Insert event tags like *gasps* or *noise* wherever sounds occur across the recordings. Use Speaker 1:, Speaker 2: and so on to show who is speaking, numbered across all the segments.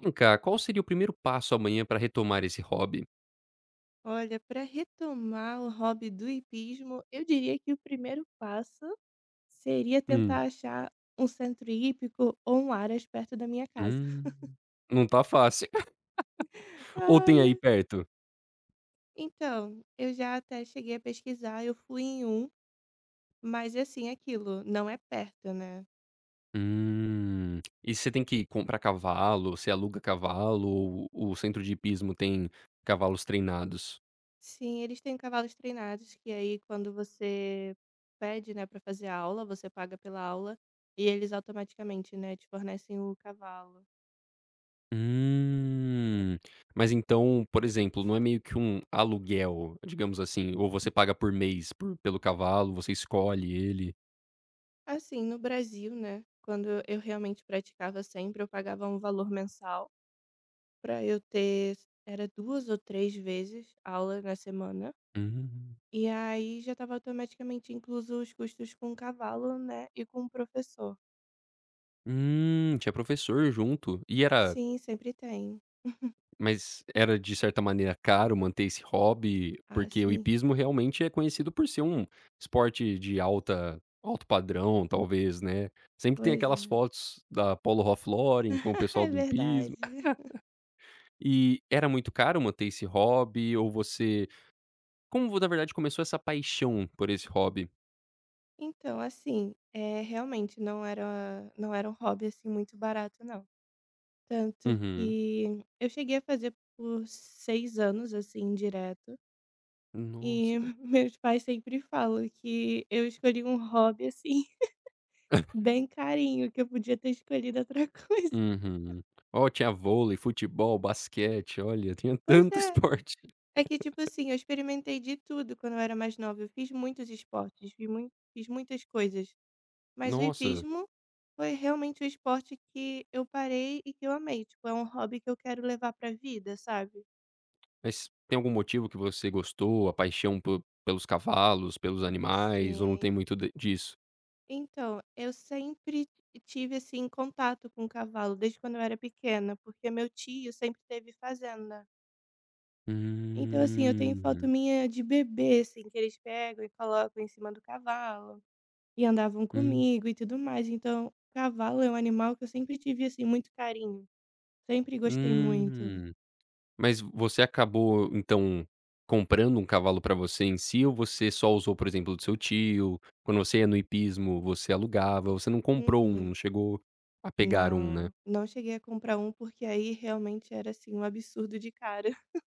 Speaker 1: Vem cá, qual seria o primeiro passo amanhã pra retomar esse hobby?
Speaker 2: Olha, para retomar o hobby do hipismo, eu diria que o primeiro passo seria
Speaker 1: Hum.
Speaker 2: tentar achar um centro hípico ou um aras perto da minha casa.
Speaker 1: Hum, não tá fácil. *laughs*
Speaker 2: *laughs*
Speaker 1: Ou tem aí
Speaker 2: Olha,
Speaker 1: perto?
Speaker 2: então, eu já até cheguei a pesquisar, eu fui em um, mas é assim, aquilo, não é perto, né?
Speaker 1: E você tem que comprar cavalo, você aluga cavalo ou o centro de hipismo tem cavalos treinados?
Speaker 2: Sim, eles têm cavalos treinados que aí quando você pede, né, para fazer a aula, você paga pela aula e eles automaticamente, né, te fornecem o cavalo.
Speaker 1: Hum, mas então, por exemplo, não é meio que um aluguel, digamos assim, ou você paga por mês por pelo cavalo, você escolhe ele?
Speaker 2: Assim, no Brasil, né, quando eu realmente praticava sempre, eu pagava um valor mensal para eu ter, era 2 ou 3 vezes aula na semana,
Speaker 1: Hum,
Speaker 2: e aí já estava automaticamente incluso os custos com o cavalo, né, e com o professor.
Speaker 1: tinha professor junto. E era.
Speaker 2: Sim, sempre tem.
Speaker 1: Mas era de certa maneira caro manter esse hobby?
Speaker 2: Ah,
Speaker 1: Porque o
Speaker 2: sim,
Speaker 1: hipismo realmente é conhecido por ser um esporte de alta alto padrão talvez, né. Sempre tem
Speaker 2: pois
Speaker 1: aquelas
Speaker 2: é.
Speaker 1: fotos da Polo Hoffloren com o
Speaker 2: *laughs*
Speaker 1: pessoal
Speaker 2: É
Speaker 1: do hipismo.
Speaker 2: verdade.
Speaker 1: E era muito caro manter esse hobby ou você como vo na verdade começou essa paixão por esse hobby?
Speaker 2: Então, assim, é realmente não era um hobby, assim, muito barato não. Tanto
Speaker 1: Uhum.
Speaker 2: que eu cheguei a fazer por 6 anos, assim, direto, e
Speaker 1: Nossa.
Speaker 2: *laughs* meus pais sempre falam que eu escolhi um hobby, assim, *laughs* bem carinho, que eu podia ter escolhido outra *laughs* coisa.
Speaker 1: Uhum. Ó, tinha vôlei, futebol, basquete, olha, tinha
Speaker 2: Pois
Speaker 1: tanto *laughs*
Speaker 2: é,
Speaker 1: esporte.
Speaker 2: é que, tipo assim, eu experimentei de tudo quando eu era mais nova, eu fiz muitos esportes, fiz muitas coisas, mas o
Speaker 1: Nossa.
Speaker 2: hipismo foi realmente o esporte que eu parei e que eu amei, tipo, é um hobby que eu quero levar pra vida, sabe?
Speaker 1: Mas tem algum motivo que você gostou? A paixão po pelos cavalos, pelos animais, ou não tem
Speaker 2: Sim.
Speaker 1: muito de disso?
Speaker 2: Então, eu sempre tive, assim, contato com cavalo, desde quando eu era pequena, porque meu tio sempre teve fazenda. Então, assim, eu tenho foto
Speaker 1: Hum,
Speaker 2: minha de bebê, assim, que eles pegam e colocam em cima do cavalo, e andavam
Speaker 1: hum,
Speaker 2: comigo e tudo mais. Então, cavalo é um animal que eu sempre tive, assim, muito carinho. Sempre gostei muito.
Speaker 1: hum. Mas você acabou, então, comprando um cavalo pra você em si ou você só usou, por exemplo, do seu tio? Quando você ia no hipismo, você alugava, você não comprou um, não
Speaker 2: Uhum.
Speaker 1: chegou a pegar um, né.
Speaker 2: Não, não cheguei a comprar um, porque aí realmente era, assim, um absurdo de cara. *laughs*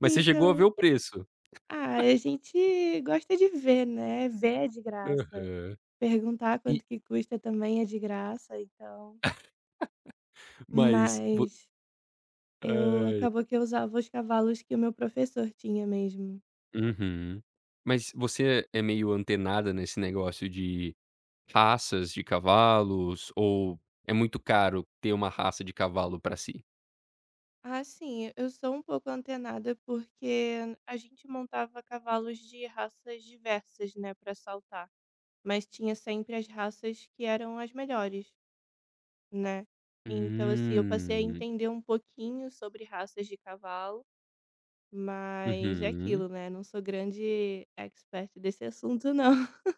Speaker 1: Mas você chegou a ver
Speaker 2: Então.
Speaker 1: o preço?
Speaker 2: Ah, a gente gosta de ver, né, ver é de graça.
Speaker 1: Aham.
Speaker 2: Perguntar
Speaker 1: E
Speaker 2: quanto que custa também é de graça, então
Speaker 1: mas vo
Speaker 2: mas eu
Speaker 1: ai,
Speaker 2: acabou que eu usava os cavalos que o meu professor tinha mesmo.
Speaker 1: Uhum. Mas você é meio antenada nesse negócio de raças de cavalos ou é muito caro ter uma raça de cavalo pra si?
Speaker 2: Ah, sim, eu sou um pouco antenada, porque a gente montava cavalos de raças diversas, né, para saltar, mas tinha sempre as raças que eram as melhores, né. Então, assim, eu passei a
Speaker 1: Hum.
Speaker 2: entender um pouquinho sobre raças de cavalo. Mas é
Speaker 1: Uhum.
Speaker 2: aquilo, né? Não sou grande expert desse assunto, não. *laughs*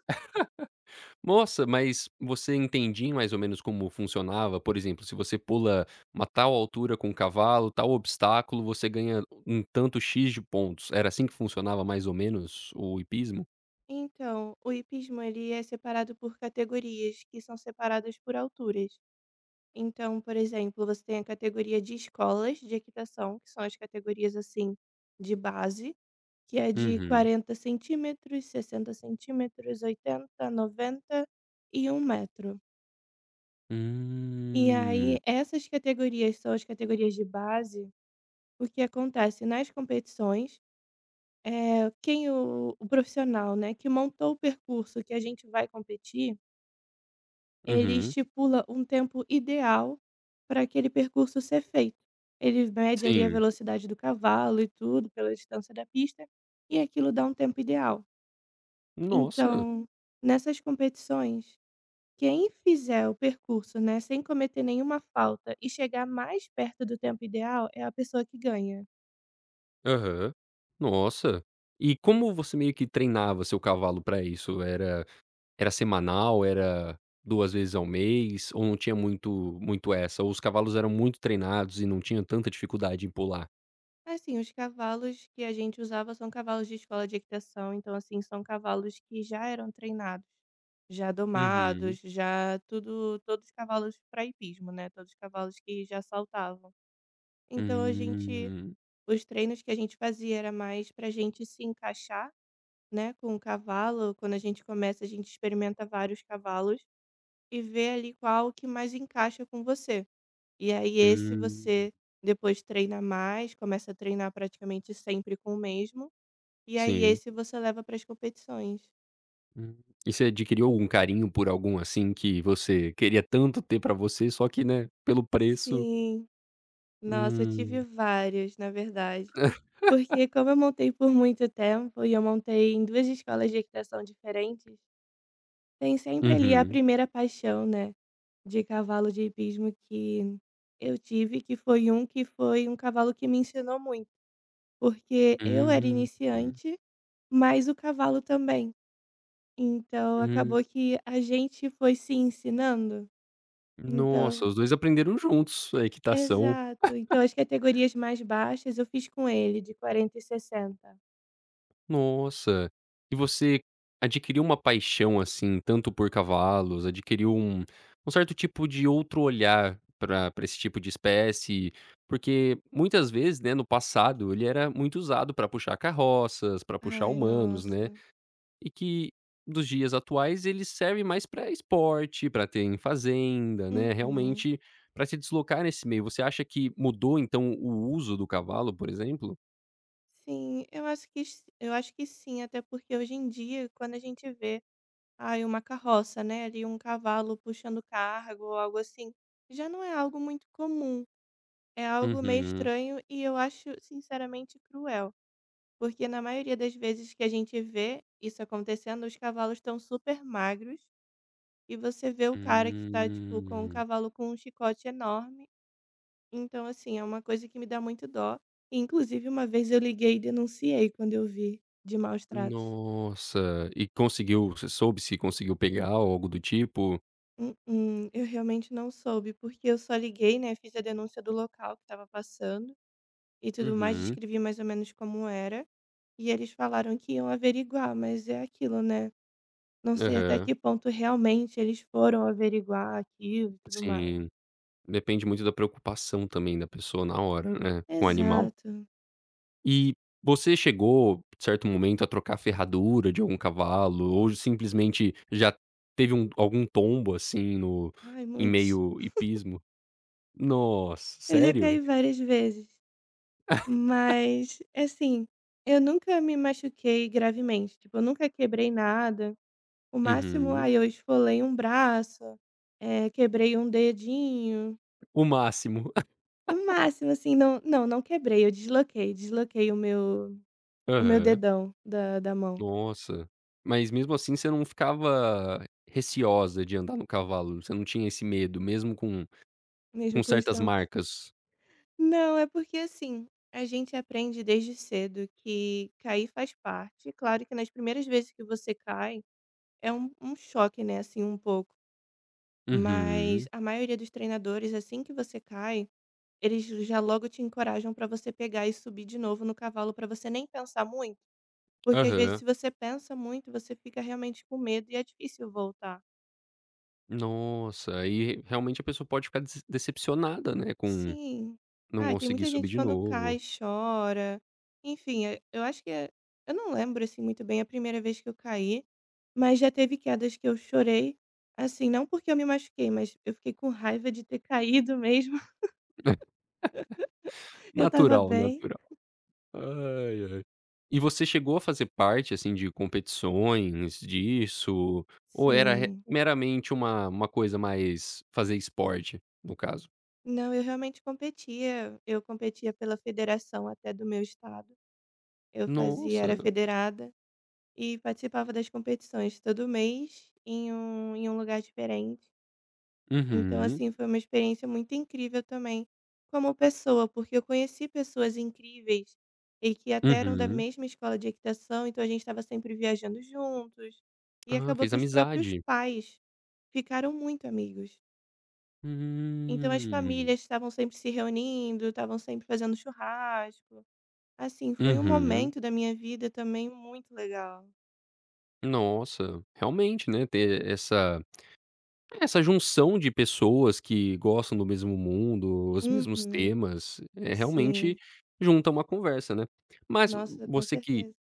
Speaker 1: Nossa, mas você entendia mais ou menos como funcionava? Por exemplo, se você pula uma tal altura com um cavalo, tal obstáculo, você ganha um tanto X de pontos. Era assim que funcionava mais ou menos o hipismo?
Speaker 2: Então, o hipismo ele é separado por categorias que são separadas por alturas. Então, por exemplo, você tem a categoria de escolas de equitação, que são as categorias assim de base, que é de
Speaker 1: Uhum.
Speaker 2: 40 centímetros, 60 centímetros, 80, 90 e 1 metro. E aí,
Speaker 1: Hum.
Speaker 2: essas categorias são as categorias de base. O que acontece nas competições: quem o profissional, né, que montou o percurso que a gente vai competir, ele
Speaker 1: Uhum.
Speaker 2: estipula um tempo ideal para aquele percurso ser feito. Ele mede ali a
Speaker 1: Sim.
Speaker 2: velocidade do cavalo e tudo, pela distância da pista, e aquilo dá um tempo ideal.
Speaker 1: Nossa.
Speaker 2: Então, nessas competições, quem fizer o percurso, né, sem cometer nenhuma falta e chegar mais perto do tempo ideal é a pessoa que ganha.
Speaker 1: Aham. Nossa. E como você meio que treinava seu cavalo pra isso? Era semanal, era 2 vezes ao mês ou não tinha muito essa? Ou os cavalos eram muito treinados e não tinha tanta dificuldade em pular?
Speaker 2: Assim, os cavalos que a gente usava são cavalos de escola de equitação, então, assim, são cavalos que já eram treinados, já
Speaker 1: Uhum.
Speaker 2: domados, já tudo, todos cavalos para hipismo, né? Todos cavalos que já saltavam. Então, a gente,
Speaker 1: Hum,
Speaker 2: os treinos que a gente fazia era mais para a gente se encaixar, né, com o cavalo. Quando a gente começa, a gente experimenta vários cavalos e vê ali qual que mais encaixa com você. E aí esse
Speaker 1: hum.
Speaker 2: você depois treina mais, começa a treinar praticamente sempre com o mesmo, e aí
Speaker 1: Sim.
Speaker 2: esse você leva para as competições.
Speaker 1: Hum. E você adquiriu algum carinho por algum, assim, que você queria tanto ter pra você, só que, né, pelo preço.
Speaker 2: Sim, nossa, eu tive
Speaker 1: Hum.
Speaker 2: vários, na verdade. Porque como eu montei por muito tempo e eu montei em duas escolas de equitação diferentes, tem sempre ali a
Speaker 1: Uhum.
Speaker 2: primeira paixão, né, de cavalo de hipismo que eu tive, que foi um cavalo que me ensinou muito, porque eu era
Speaker 1: Hum.
Speaker 2: iniciante, mas o cavalo também. Então
Speaker 1: Hum.
Speaker 2: acabou que a gente foi se ensinando,
Speaker 1: Nossa,
Speaker 2: então
Speaker 1: os 2 aprenderam juntos a equitação.
Speaker 2: exato, então as categorias mais baixas eu fiz com ele de 40 e 60.
Speaker 1: Nossa. E você adquiriu uma paixão, assim, tanto por cavalos, adquiriu um certo tipo de outro olhar para esse tipo de espécie, porque muitas vezes, né, no passado, ele era muito usado para puxar carroças, para puxar
Speaker 2: Ai,
Speaker 1: humanos, né.
Speaker 2: nossa.
Speaker 1: E que dos dias atuais ele serve mais para esporte, para ter em fazenda, né,
Speaker 2: Uhum.
Speaker 1: realmente para se deslocar nesse meio. Você acha que mudou então o uso do cavalo, por exemplo?
Speaker 2: Sim, eu acho que sim, até porque hoje em dia quando a gente vê, ai, uma carroça, né, ali um cavalo puxando cargo ou algo assim, já não é algo muito comum, é algo meio
Speaker 1: Uhum.
Speaker 2: estranho e eu acho sinceramente cruel. Porque na maioria das vezes que a gente vê isso acontecendo, os cavalos estão super magros e você vê o cara que tá, tipo, com um
Speaker 1: Hum.
Speaker 2: cavalo com um chicote enorme. Então, assim, é uma coisa que me dá muito dó. E, inclusive, uma vez eu liguei e denunciei quando eu vi de maus tratos.
Speaker 1: Nossa. E conseguiu, você soube se conseguiu pegar ou algo do tipo?
Speaker 2: "Uh-uh, eu realmente não soube, porque eu só liguei, né? Fiz a denúncia do local que estava passando e tudo mais,
Speaker 1: Uhum.
Speaker 2: descrevi mais ou menos como era. E eles falaram que iam averiguar, mas é aquilo, né? Não sei até
Speaker 1: Aham.
Speaker 2: que ponto realmente eles foram averiguar aquilo e tudo mais.
Speaker 1: Sim. Depende muito da preocupação também da pessoa na hora, né, com o animal.
Speaker 2: Exato.
Speaker 1: E você chegou, em certo momento, a trocar a ferradura de algum cavalo ou simplesmente já teve algum tombo, assim, no
Speaker 2: Ai,
Speaker 1: em
Speaker 2: muitos.
Speaker 1: meio hipismo? Nossa,
Speaker 2: Eu já
Speaker 1: sério?
Speaker 2: caí várias vezes, mas, assim, eu nunca me machuquei gravemente, tipo, eu nunca quebrei nada. O máximo,
Speaker 1: Uhum.
Speaker 2: ai, eu esfolei um braço, quebrei um dedinho,
Speaker 1: O máximo. *laughs*
Speaker 2: o máximo, assim, não quebrei, eu desloquei, desloquei o meu
Speaker 1: Aham.
Speaker 2: dedão da mão,
Speaker 1: Nossa. Mas mesmo assim você não ficava receosa de andar no cavalo? Você não tinha esse medo, mesmo com
Speaker 2: mesmo com os
Speaker 1: certas
Speaker 2: tãos.
Speaker 1: marcas?
Speaker 2: Não, é porque assim, a gente aprende desde cedo que cair faz parte. Claro que nas primeiras vezes que você cai, é um, choque, né, assim, um pouco. Mas
Speaker 1: Uhum.
Speaker 2: a maioria dos treinadores, assim que você cai, eles já logo te encorajam para você pegar e subir de novo no cavalo, para você nem pensar muito. Porque às vezes,
Speaker 1: Aham.
Speaker 2: se você pensa muito, você fica realmente com medo e é difícil voltar.
Speaker 1: Nossa, aí realmente a pessoa pode ficar decepcionada, né, com.
Speaker 2: Sim.
Speaker 1: Não
Speaker 2: Ai, tem
Speaker 1: consegui
Speaker 2: muita
Speaker 1: subir
Speaker 2: gente
Speaker 1: de
Speaker 2: quando cai,
Speaker 1: novo.
Speaker 2: chora. Enfim, eu acho que é eu não lembro, assim, muito bem a primeira vez que eu caí, mas já teve quedas que eu chorei, assim, não porque eu me machuquei, mas eu fiquei com raiva de ter caído mesmo, *laughs* eu estava
Speaker 1: Natural,
Speaker 2: bem.
Speaker 1: natural. Ai, ai. E você chegou a fazer parte, assim, de competições disso, ou era re
Speaker 2: Sim.
Speaker 1: meramente uma coisa mais fazer esporte, no caso?
Speaker 2: Não, eu realmente competia, eu competia pela federação até do meu estado, eu fazia
Speaker 1: Nossa.
Speaker 2: era federada e participava das competições todo mês em um lugar diferente. Então,
Speaker 1: Uhum,
Speaker 2: assim, foi uma experiência muito incrível também como pessoa, porque eu conheci pessoas incríveis e que até eram da
Speaker 1: uhum.
Speaker 2: mesma escola de equitação, então a gente estava sempre viajando juntos. E
Speaker 1: Ah,
Speaker 2: acabou
Speaker 1: fez
Speaker 2: que os próprios
Speaker 1: amizade.
Speaker 2: pais ficaram muito amigos. Então as
Speaker 1: Hum.
Speaker 2: famílias estavam sempre se reunindo, estavam sempre fazendo churrasco. Assim, foi um
Speaker 1: Uhum.
Speaker 2: momento da minha vida também muito legal.
Speaker 1: Nossa, realmente, né, ter essa. É, essa junção de pessoas que gostam do mesmo mundo, os mesmos
Speaker 2: Uhum,
Speaker 1: temas, é realmente
Speaker 2: sim.
Speaker 1: junta uma conversa, né. Mas
Speaker 2: Nossa, com
Speaker 1: você que
Speaker 2: certeza.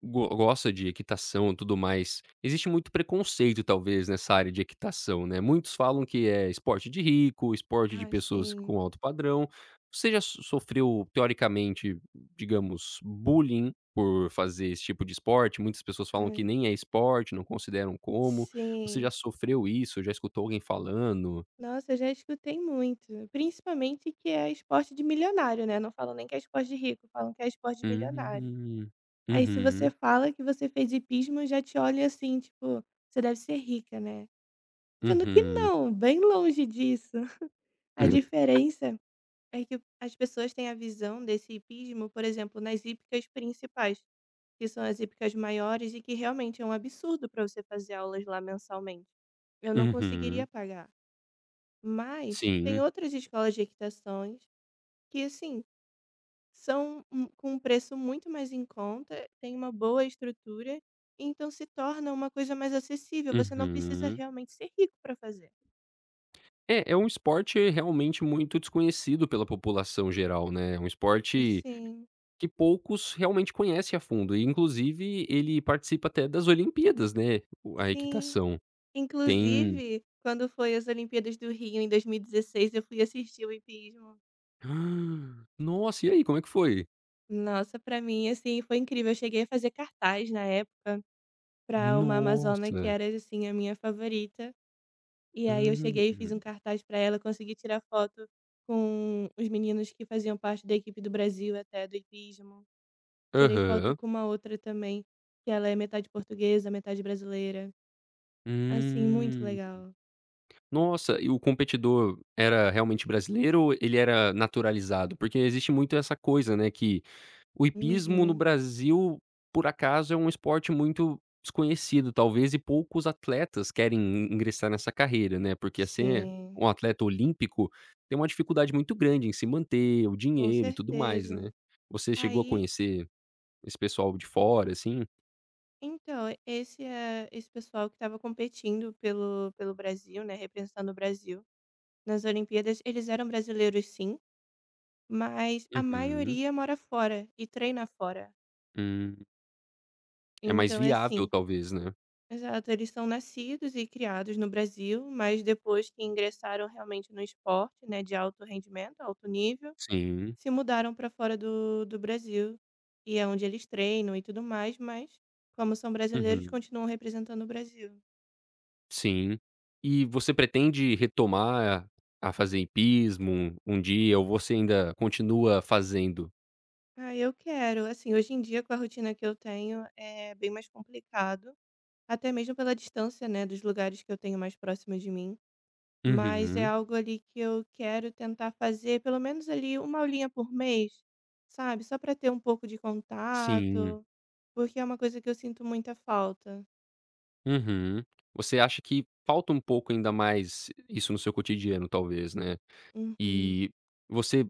Speaker 1: Go gosta de equitação, e tudo mais. Existe muito preconceito, talvez, nessa área de equitação, né. Muitos falam que é esporte de rico, esporte de
Speaker 2: Ai,
Speaker 1: pessoas
Speaker 2: sim.
Speaker 1: com alto padrão. Você já sofreu, teoricamente, digamos, bullying por fazer esse tipo de esporte? Muitas pessoas falam que
Speaker 2: Ai,
Speaker 1: nem é esporte, não consideram como. Você
Speaker 2: sim.
Speaker 1: já sofreu isso? Já escutou alguém falando?
Speaker 2: Nossa, eu já escutei muito, principalmente que é esporte de milionário, né, não falam nem que é esporte de rico, falam que é esporte de milionário.
Speaker 1: Hum.
Speaker 2: Aí se você
Speaker 1: Uhum.
Speaker 2: fala que você fez hipismo, já te olha assim, tipo: "Você deve ser rica, né". Sendo que
Speaker 1: Uhum.
Speaker 2: não, bem longe disso. *laughs* A
Speaker 1: *laughs*
Speaker 2: diferença é que as pessoas têm a visão desse hipismo, por exemplo, nas hípicas principais, que são as hípicas maiores e que realmente é um absurdo para você fazer aulas lá mensalmente. Eu não conseguiria
Speaker 1: Uhum.
Speaker 2: pagar. Mas tem
Speaker 1: Sim.
Speaker 2: outras escolas de equitações que, assim, são um com um preço muito mais em conta, tem uma boa estrutura, então se torna uma coisa mais acessível, você não precisa
Speaker 1: Uhum.
Speaker 2: realmente ser rico para fazer.
Speaker 1: É, é um esporte realmente muito desconhecido pela população geral, né, é um esporte
Speaker 2: Sim,
Speaker 1: que poucos realmente conhecem a fundo e inclusive ele participa até das Olimpíadas, né, o a
Speaker 2: sim.
Speaker 1: equitação. Tem.
Speaker 2: Inclusive, quando foi as Olimpíadas do Rio em 2016 eu fui assistir o hipismo.
Speaker 1: *gasps* Nossa, e aí, como é que foi?
Speaker 2: Nossa, pra mim, assim, foi incrível. Eu cheguei a fazer cartaz na época pra uma amazona que
Speaker 1: Nossa.
Speaker 2: era, assim, a minha favorita. E aí eu cheguei e fiz um
Speaker 1: Hum.
Speaker 2: cartaz para ela, consegui tirar foto com os meninos que faziam parte da equipe do Brasil até, do hipismo. Tirei foto
Speaker 1: Aham.
Speaker 2: com uma outra também, que ela é metade portuguesa, metade brasileira. Assim, muito
Speaker 1: Hum.
Speaker 2: legal.
Speaker 1: Nossa, e o competidor era realmente brasileiro ou ele era naturalizado? Porque existe muito essa coisa, né, que. O hipismo no
Speaker 2: Uhum.
Speaker 1: Brasil, por acaso, é um esporte muito desconhecido, talvez, e poucos atletas querem ingressar nessa carreira, né, porque assim,
Speaker 2: Sim,
Speaker 1: um atleta olímpico tem uma dificuldade muito grande em se manter, o
Speaker 2: com
Speaker 1: dinheiro e tudo mais,
Speaker 2: certeza.
Speaker 1: né. Você chegou a
Speaker 2: Aí,
Speaker 1: conhecer esse pessoal de fora, assim?
Speaker 2: então, esse pessoal que estava competindo pelo Brasil, né, representando o Brasil nas Olimpíadas, eles eram brasileiros sim, mas a
Speaker 1: Uhum.
Speaker 2: maioria mora fora e treina fora.
Speaker 1: Hum. É mais
Speaker 2: Então é
Speaker 1: viável,
Speaker 2: assim,
Speaker 1: talvez, né.
Speaker 2: exato, eles são nascidos e criados no Brasil, mas depois que ingressaram realmente no esporte, né, de alto rendimento, alto nível,
Speaker 1: Sim.
Speaker 2: se mudaram para fora do Brasil e é onde eles treinam e tudo mais, mas como são brasileiros,
Speaker 1: Uhum.
Speaker 2: continuam representando o Brasil.
Speaker 1: Sim. E você pretende retomar a fazer hipismo um dia ou você ainda continua fazendo?
Speaker 2: Ah, eu quero, assim, hoje em dia com a rotina que eu tenho é bem mais complicado, até mesmo pela distância, né, dos lugares que eu tenho mais próximo de mim. Mas é
Speaker 1: Uhum,
Speaker 2: algo ali que eu quero tentar fazer pelo menos ali uma aulinha por mês, sabe? Só para ter um pouco de
Speaker 1: sim.
Speaker 2: contato, porque é uma coisa que eu sinto muita falta.
Speaker 1: Uhum. Você acha que falta um pouco ainda mais isso no seu cotidiano talvez, né.
Speaker 2: Uhum.
Speaker 1: E você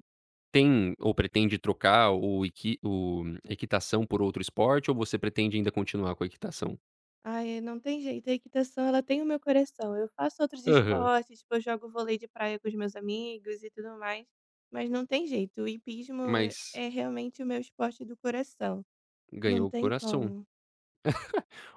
Speaker 1: tem ou pretende trocar o equitação por outro esporte ou você pretende ainda continuar com a equitação?
Speaker 2: Ai, não tem jeito, a equitação ela tem o meu coração. Eu faço outros
Speaker 1: Aham.
Speaker 2: esportes, tipo, eu jogo vôlei de praia com os meus amigos e tudo mais, mas não tem jeito. O hipismo
Speaker 1: Mas
Speaker 2: é realmente o meu esporte do coração. Não
Speaker 1: ganhou o
Speaker 2: tem
Speaker 1: coração.
Speaker 2: como.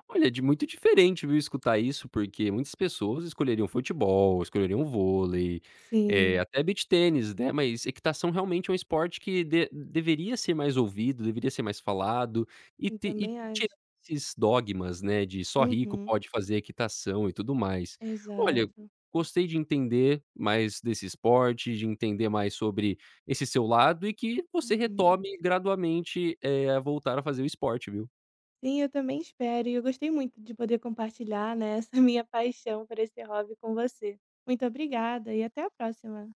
Speaker 1: Olha, de muito diferente, viu, escutar isso, porque muitas pessoas escolheriam futebol, escolheriam vôlei,
Speaker 2: Sim,
Speaker 1: até beach tênis, né, mas equitação realmente é um esporte que de deveria ser mais ouvido, deveria ser mais falado
Speaker 2: eu
Speaker 1: e
Speaker 2: também
Speaker 1: tirar
Speaker 2: acho.
Speaker 1: esses dogmas, né, de só rico
Speaker 2: Uhum,
Speaker 1: pode fazer equitação e tudo mais. Olha,
Speaker 2: exato.
Speaker 1: gostei de entender mais desse esporte, de entender mais sobre esse seu lado e que você
Speaker 2: Uhum.
Speaker 1: retome gradualmente, a voltar a fazer o esporte, viu.
Speaker 2: Sim, eu também espero. E eu gostei muito de poder compartilhar, né, essa *laughs* minha paixão por esse hobby com você. Muito obrigada e até a próxima.